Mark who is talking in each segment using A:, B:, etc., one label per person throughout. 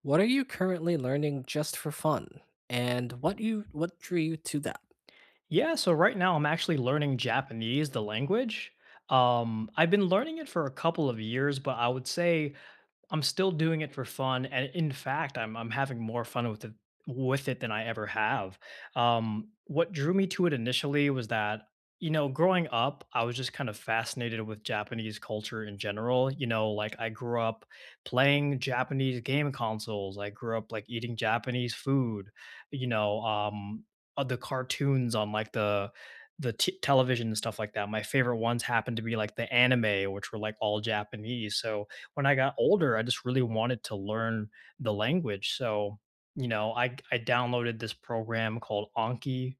A: What are you currently learning just for fun? And what drew you to that?
B: Yeah, so right now I'm actually learning Japanese, the language. I've been learning it for a couple of years, but I would say I'm still doing it for fun, and in fact, I'm having more fun with it than I ever have. What drew me to it initially was that growing up, I was just kind of fascinated with Japanese culture in general. You know, like I grew up playing Japanese game consoles. I grew up like eating Japanese food. You know, um, the cartoons on like the television and stuff like that. My favorite ones happened to be like the anime, which were like all Japanese. So when I got older, I just really wanted to learn the language. So, you know, I downloaded this program called Anki,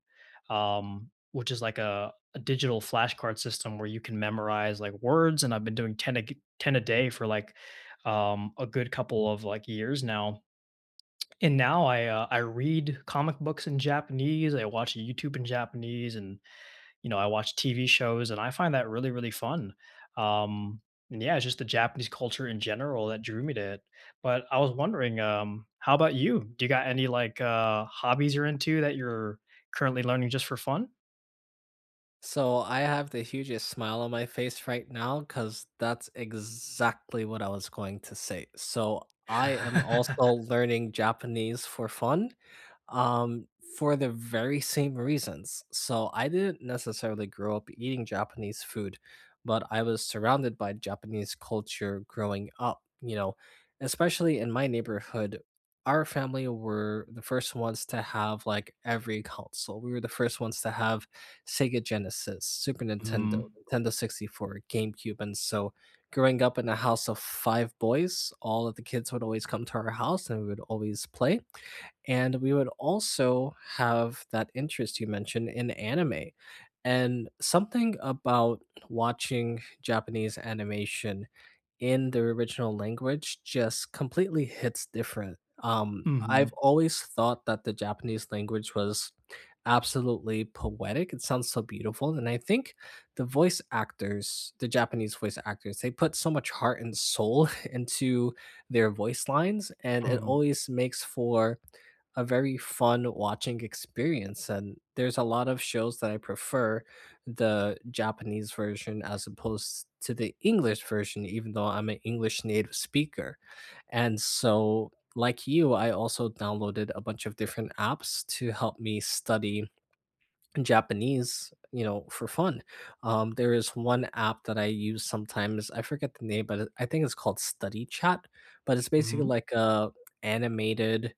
B: which is like a digital flashcard system where you can memorize like words. And I've been doing 10 a day for like a good couple of like years now. And now I read comic books in Japanese. I watch YouTube in Japanese, and I watch TV shows, and I find that really, really fun. Um, and yeah, it's just the Japanese culture in general that drew me to it. But I was wondering, how about you? Do you got any like hobbies you're into that you're currently learning just for fun?
A: So I have the hugest smile on my face right now because that's exactly what I was going to say. So I am also learning Japanese for fun. um, for the very same reasons. So I didn't necessarily grow up eating Japanese food, but I was surrounded by Japanese culture growing up, especially in my neighborhood. Our family were the first ones to have like every console. We were the first ones to have Sega Genesis, Super Nintendo,
B: Mhm.
A: Nintendo 64, GameCube. And so growing up in a house of five boys, all of the kids would always come to our house and we would always play. And we would also have that interest you mentioned in anime. And something about watching Japanese animation in their original language just completely hits different. Um,
B: Mhm.
A: I've always thought that the Japanese language was absolutely poetic. It sounds so beautiful. And I think the voice actors, the Japanese voice actors, they put so much heart and soul into their voice lines. And it
B: Mhm.
A: always makes for a very fun watching experience, and there's a lot of shows that I prefer the Japanese version as opposed to the English version even though I'm an English native speaker. And so like you, I also downloaded a bunch of different apps to help me study Japanese, for fun. There is one app that I use sometimes. I forget the name, but I think it's called Study Chat, but it's basically
B: Mhm.
A: like a animated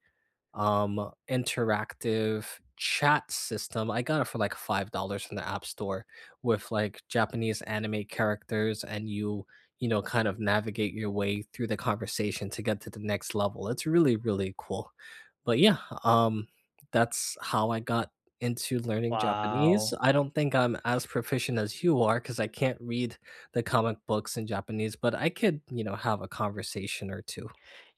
A: interactive chat system. I got it for like $5 from the App Store with like Japanese anime characters, and you, kind of navigate your way through the conversation to get to the next level. It's really, really cool. But yeah, um that's how I got into learning Japanese.
B: Wow.
A: I don't think I'm as proficient as you are because I can't read the comic books in Japanese, but I could, have a conversation or two.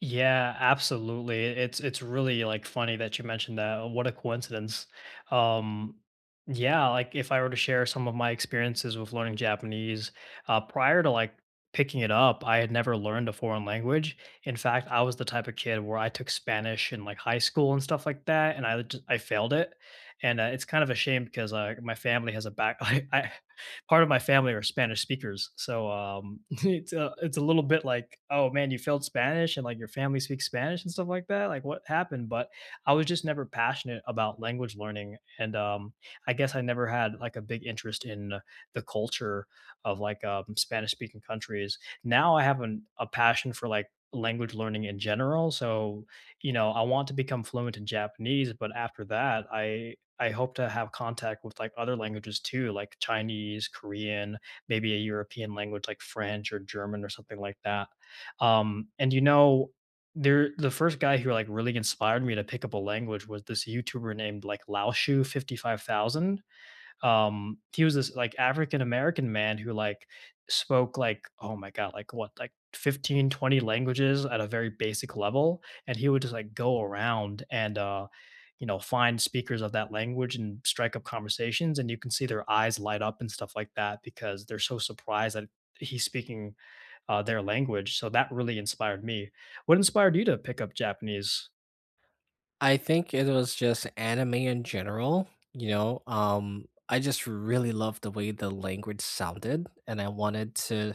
B: Yeah, absolutely. It's really like funny that you mentioned that. What a coincidence. Um, yeah, like if I were to share some of my experiences with learning Japanese, prior to like picking it up, I had never learned a foreign language. In fact, I was the type of kid where I took Spanish in like high school and stuff like that, and I just, I failed it. And it's kind of a shame because my family has a back. I, part of my family are Spanish speakers, so it's a little bit like, oh man, you failed Spanish and like your family speaks Spanish and stuff like that. Like what happened? But I was just never passionate about language learning, and I guess I never had like a big interest in the culture of like Spanish speaking countries. Now I have a passion for like language learning in general. So, you know, I want to become fluent in Japanese, but after that, I hope to have contact with like other languages too, like Chinese, Korean, maybe a European language like French or German or something like that. And you know, the first guy who like really inspired me to pick up a language was this YouTuber named like Laoshu 55,000. He was this like African American man who like spoke like oh my god like what like 15, 20 languages at a very basic level, and he would just like go around and you know, find speakers of that language and strike up conversations. And you can see their eyes light up and stuff like that because they're so surprised that he's speaking their language. So that really inspired me. What inspired you to pick up Japanese?
A: I think it was just anime in general. I just really loved the way the language sounded and I wanted to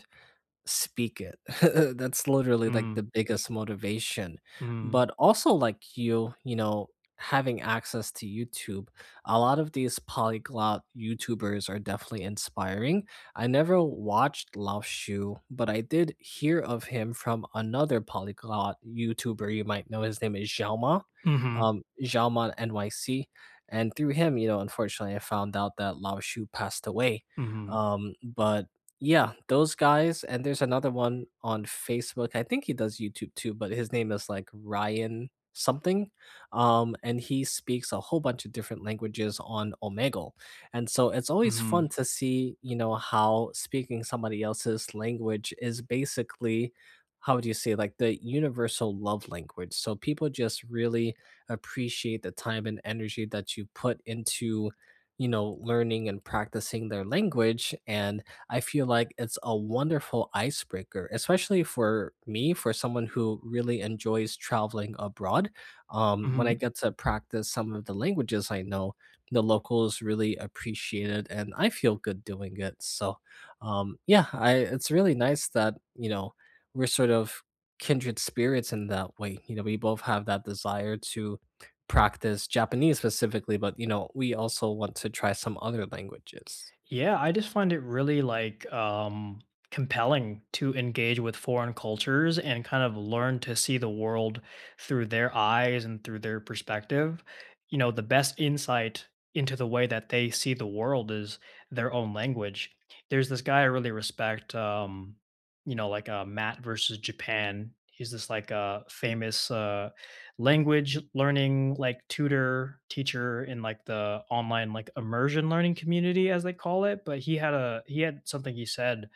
A: speak it. That's literally like
B: Mm,
A: the biggest motivation.
B: mm,
A: But also, like you, having access to YouTube, a lot of these polyglot YouTubers are definitely inspiring. I never watched Lao Shu, but I did hear of him from another polyglot YouTuber. You might know his name is Xiaoma,
B: mm-hmm,
A: Xiaoma NYC. And through him, unfortunately, I found out that Lao Shu passed away.
B: mm-hmm,
A: But yeah, those guys, and there's another one on Facebook. I think he does YouTube too, but his name is like Ryan something. And he speaks a whole bunch of different languages on Omegle. And so it's always fun
B: mm-hmm,
A: to see, how speaking somebody else's language is basically, how would you say, like the universal love language. So people just really appreciate the time and energy that you put into learning and practicing their language, and I feel like it's a wonderful icebreaker, especially for me, for someone who really enjoys traveling abroad. When I
B: mm-hmm.
A: get to practice some of the languages I know, the locals really appreciate it, and I feel good doing it. So, yeah, it's really nice that we're sort of kindred spirits in that way. We both have that desire to practice Japanese specifically, but we also want to try some other languages.
B: Yeah, I just find it really like compelling to engage with foreign cultures and kind of learn to see the world through their eyes and through their perspective. You know, the best insight into the way that they see the world is their own language. There's this guy I really respect you know like Matt versus Japan. He's this like famous language learning like tutor teacher in like the online like immersion learning community as they call it, but he had something he said,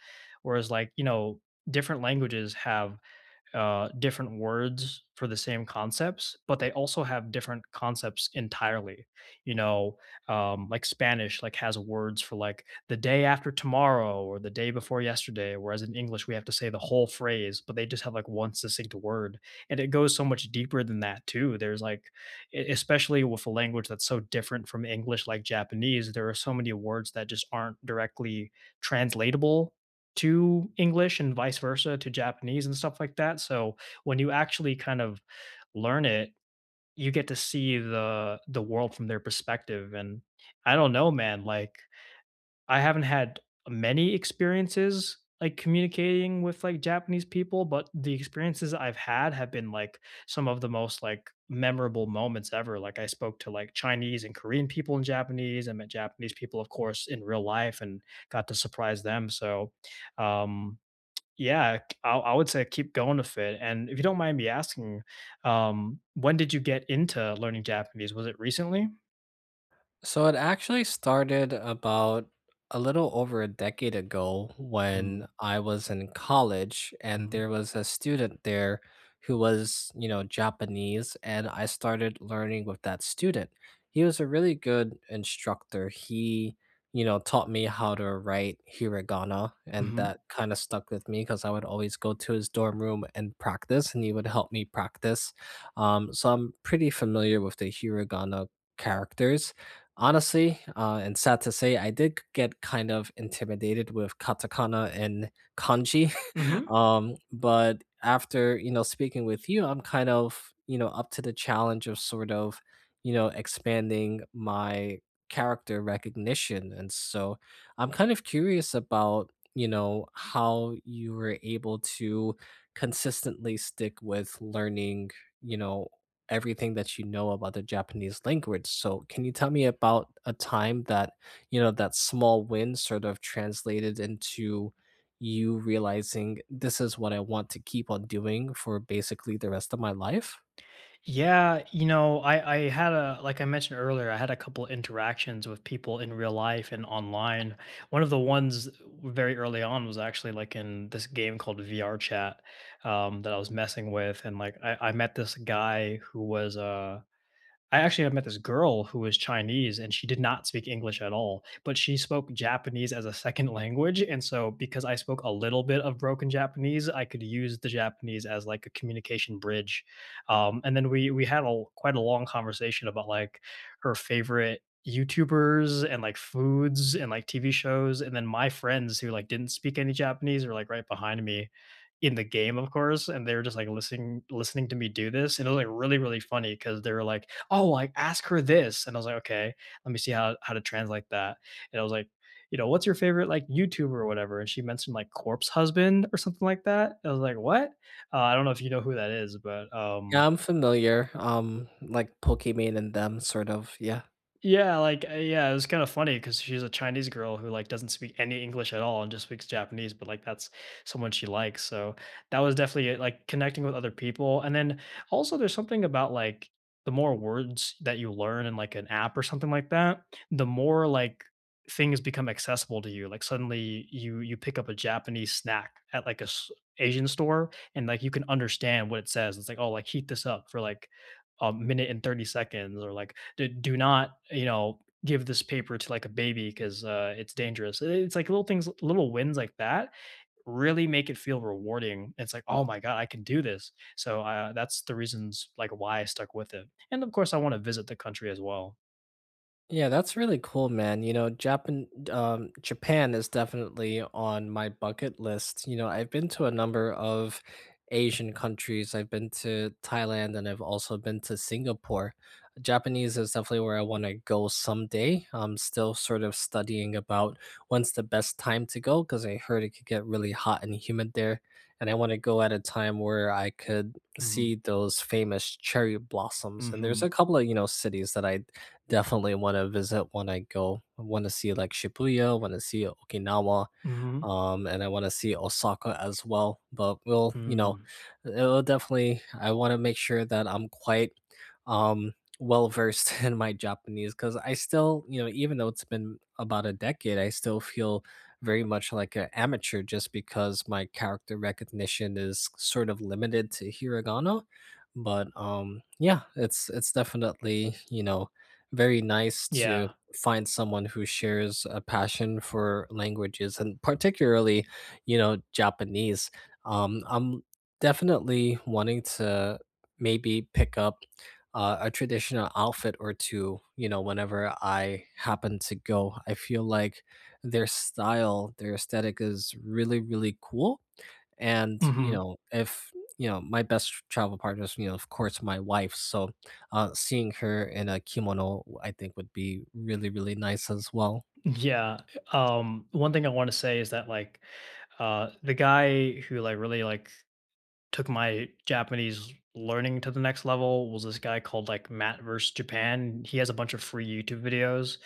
B: whereas like you know different languages have different words for the same concepts, but they also have different concepts entirely. You know, like Spanish, like has words for like the day after tomorrow or the day before yesterday, whereas in English we have to say the whole phrase, but they just have like one succinct word, and it goes so much deeper than that too. There's like, especially with a language that's so different from English, like Japanese, there are so many words that just aren't directly translatable to English and vice versa to Japanese and stuff like that. So when you actually kind of learn it, you get to see the world from their perspective. And I don't know, man, like I haven't had many experiences like communicating with like Japanese people, but the experiences I've had have been like some of the most like memorable moments ever. Like I spoke to like Chinese and Korean people in Japanese. I met Japanese people, of course, in real life and got to surprise them. So um yeah, I would say keep going with it, and if you don't mind me asking, when did you get into learning Japanese? Was it recently?
A: So it actually started about a little over a decade ago when
B: Mm,
A: I was in college and
B: mhm,
A: there was a student there who was, Japanese, and I started learning with that student. He was a really good instructor. He taught me how to write hiragana, and that
B: mhm,
A: kind of stuck with me because I would always go to his dorm room and practice and he would help me practice. So I'm pretty familiar with the hiragana characters. Honestly, and sad to say, I did get kind of intimidated with katakana and kanji,
B: mhm.
A: but after speaking with you, I'm kind of up to the challenge of sort of expanding my character recognition, and so I'm kind of curious about how you were able to consistently stick with learning you know everything that you know about the Japanese language. So, can you tell me about a time that small win sort of translated into you realizing this is what I want to keep on doing for basically the rest of my life.
B: Yeah, you know, I had a like I mentioned earlier, I had a couple interactions with people in real life and online. One of the ones very early on was actually like in this game called VR Chat, that I was messing with, and like I met this guy who was I actually have met this girl who was Chinese, and she did not speak English at all, but she spoke Japanese as a second language. And so, because I spoke a little bit of broken Japanese, I could use the Japanese as like a communication bridge. And then we had a quite a long conversation about like her favorite YouTubers and like foods and like TV shows. And then my friends who like didn't speak any Japanese are like right behind me in the game, of course, and they were just like listening to me do this, and it was like really really funny because they were like, "Oh, like ask her this," and I was like, "Okay, let me see how to translate that," and I was like. You know, what's your favorite like YouTuber or whatever? And she mentioned like Corpse Husband or something like that. I was like, what? I don't know if you know who that is, but
A: Yeah, I'm familiar. Like Pokemon and them, sort of. Yeah.
B: yeah, like, yeah, it was kinda funny because she's a Chinese girl who, like, doesn't speak any English at all and just speaks Japanese, but, like, that's someone she likes, so that was definitely it, like, connecting with other people, and then, also, there's something about, like, the more words that you learn in, like, an app or something like that, the more, like, things become accessible to you, like, suddenly you pick up a Japanese snack at, like, a s Asian store, and, like, you can understand what it says. It's like, "Oh, like, heat this up for, like, a minute and 30 seconds, or like do not you know give this paper to like a baby because it's dangerous." It's like little things, little wins like that really make it feel rewarding. It's like oh my god I can do this. So that's the reasons like why I stuck with it, and of course I want to visit the country as well.
A: Yeah, that's really cool, man. Japan is definitely on my bucket list. I've been to a number of Asian countries. I've been to Thailand, and I've also been to Singapore. Japanese is definitely where I want to go someday. I'm still sort of studying about when's the best time to go because I heard it could get really hot and humid there. And I want to go at a time where I could
B: Hmm.
A: see those famous cherry blossoms. And there's a
B: Hmm.
A: couple of, cities that I definitely want to visit when I go. I want to see like Shibuya, want to see Okinawa,
B: Hmm.
A: and I want to see Osaka as well. But
B: Mm.
A: it'll definitely. I want to make sure that I'm quite um, well versed in my Japanese because I still, even though it's been about a decade, I still feel very much like an amateur just because my character recognition is sort of limited to hiragana. But yeah, it's definitely very nice to
B: Yeah.
A: find someone who shares a passion for languages and particularly, Japanese. I'm definitely wanting to maybe pick up a traditional outfit or two, whenever I happen to go. I feel like their style, their aesthetic is really, really cool, and,
B: Hmm.
A: if my best travel partner is, of course, my wife. So, seeing her in a kimono, I think, would be really, really nice as well.
B: Yeah. One thing I want to say is that like the guy who like really like took my Japanese learning to the next level was this guy called like Matt vs. Japan. He has a bunch of free YouTube videos.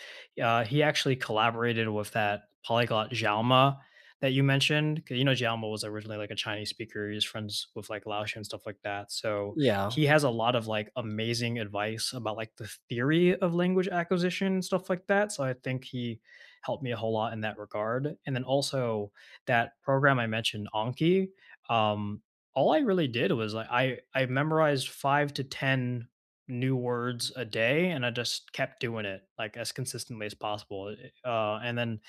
B: He actually collaborated with that polyglot Xiaoma that you mentioned. 'Cause, you know, Xiaoma was originally like a Chinese speaker. He was friends with like Laotian and stuff like that. So
A: Yeah,
B: he has a lot of like amazing advice about like the theory of language acquisition and stuff like that. So I think he helped me a whole lot in that regard. And then also that program I mentioned, Anki, um, all I really did was like I memorized 5 to 10 new words a day, and I just kept doing it like as consistently as possible. And then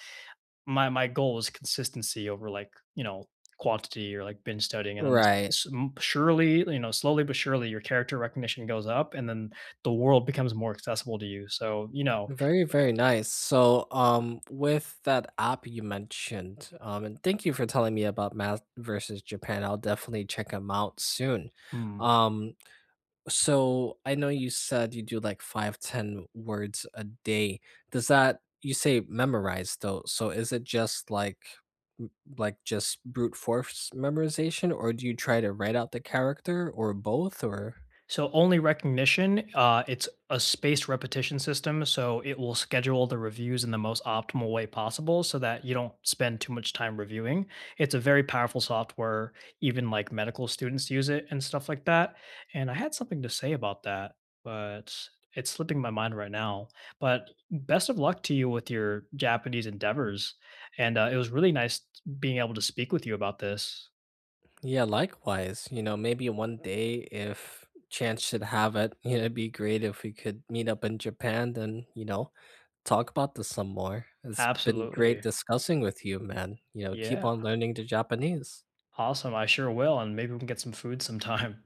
B: my goal was consistency over like, you know, quantity or like binge studying. And then
A: right.
B: surely, you know, slowly but surely your character recognition goes up, and then the world becomes more accessible to you. So, you know,
A: Very, very nice. So, with that app you mentioned, and thank you for telling me about Math versus Japan. I'll definitely check them out soon.
B: hmm.
A: Um, So I know you said you do like five ten words a day. Does that you say memorize though? So is it just like m- like just brute force memorization, or do you try to write out the character or both or.
B: So only recognition, it's a spaced repetition system, so it will schedule the reviews in the most optimal way possible so that you don't spend too much time reviewing. It's a very powerful software, even like medical students use it and stuff like that. And I had something to say about that, but it's slipping my mind right now. But best of luck to you with your Japanese endeavors. And it was really nice being able to speak with you about this.
A: Yeah, likewise. Maybe one day if chance should have it, it'd be great if we could meet up in Japan and, talk about this some more. It's been great
B: Absolutely.
A: discussing with you, man. Keep
B: Yeah.
A: on learning the Japanese.
B: Awesome. I sure will. And maybe we can get some food sometime.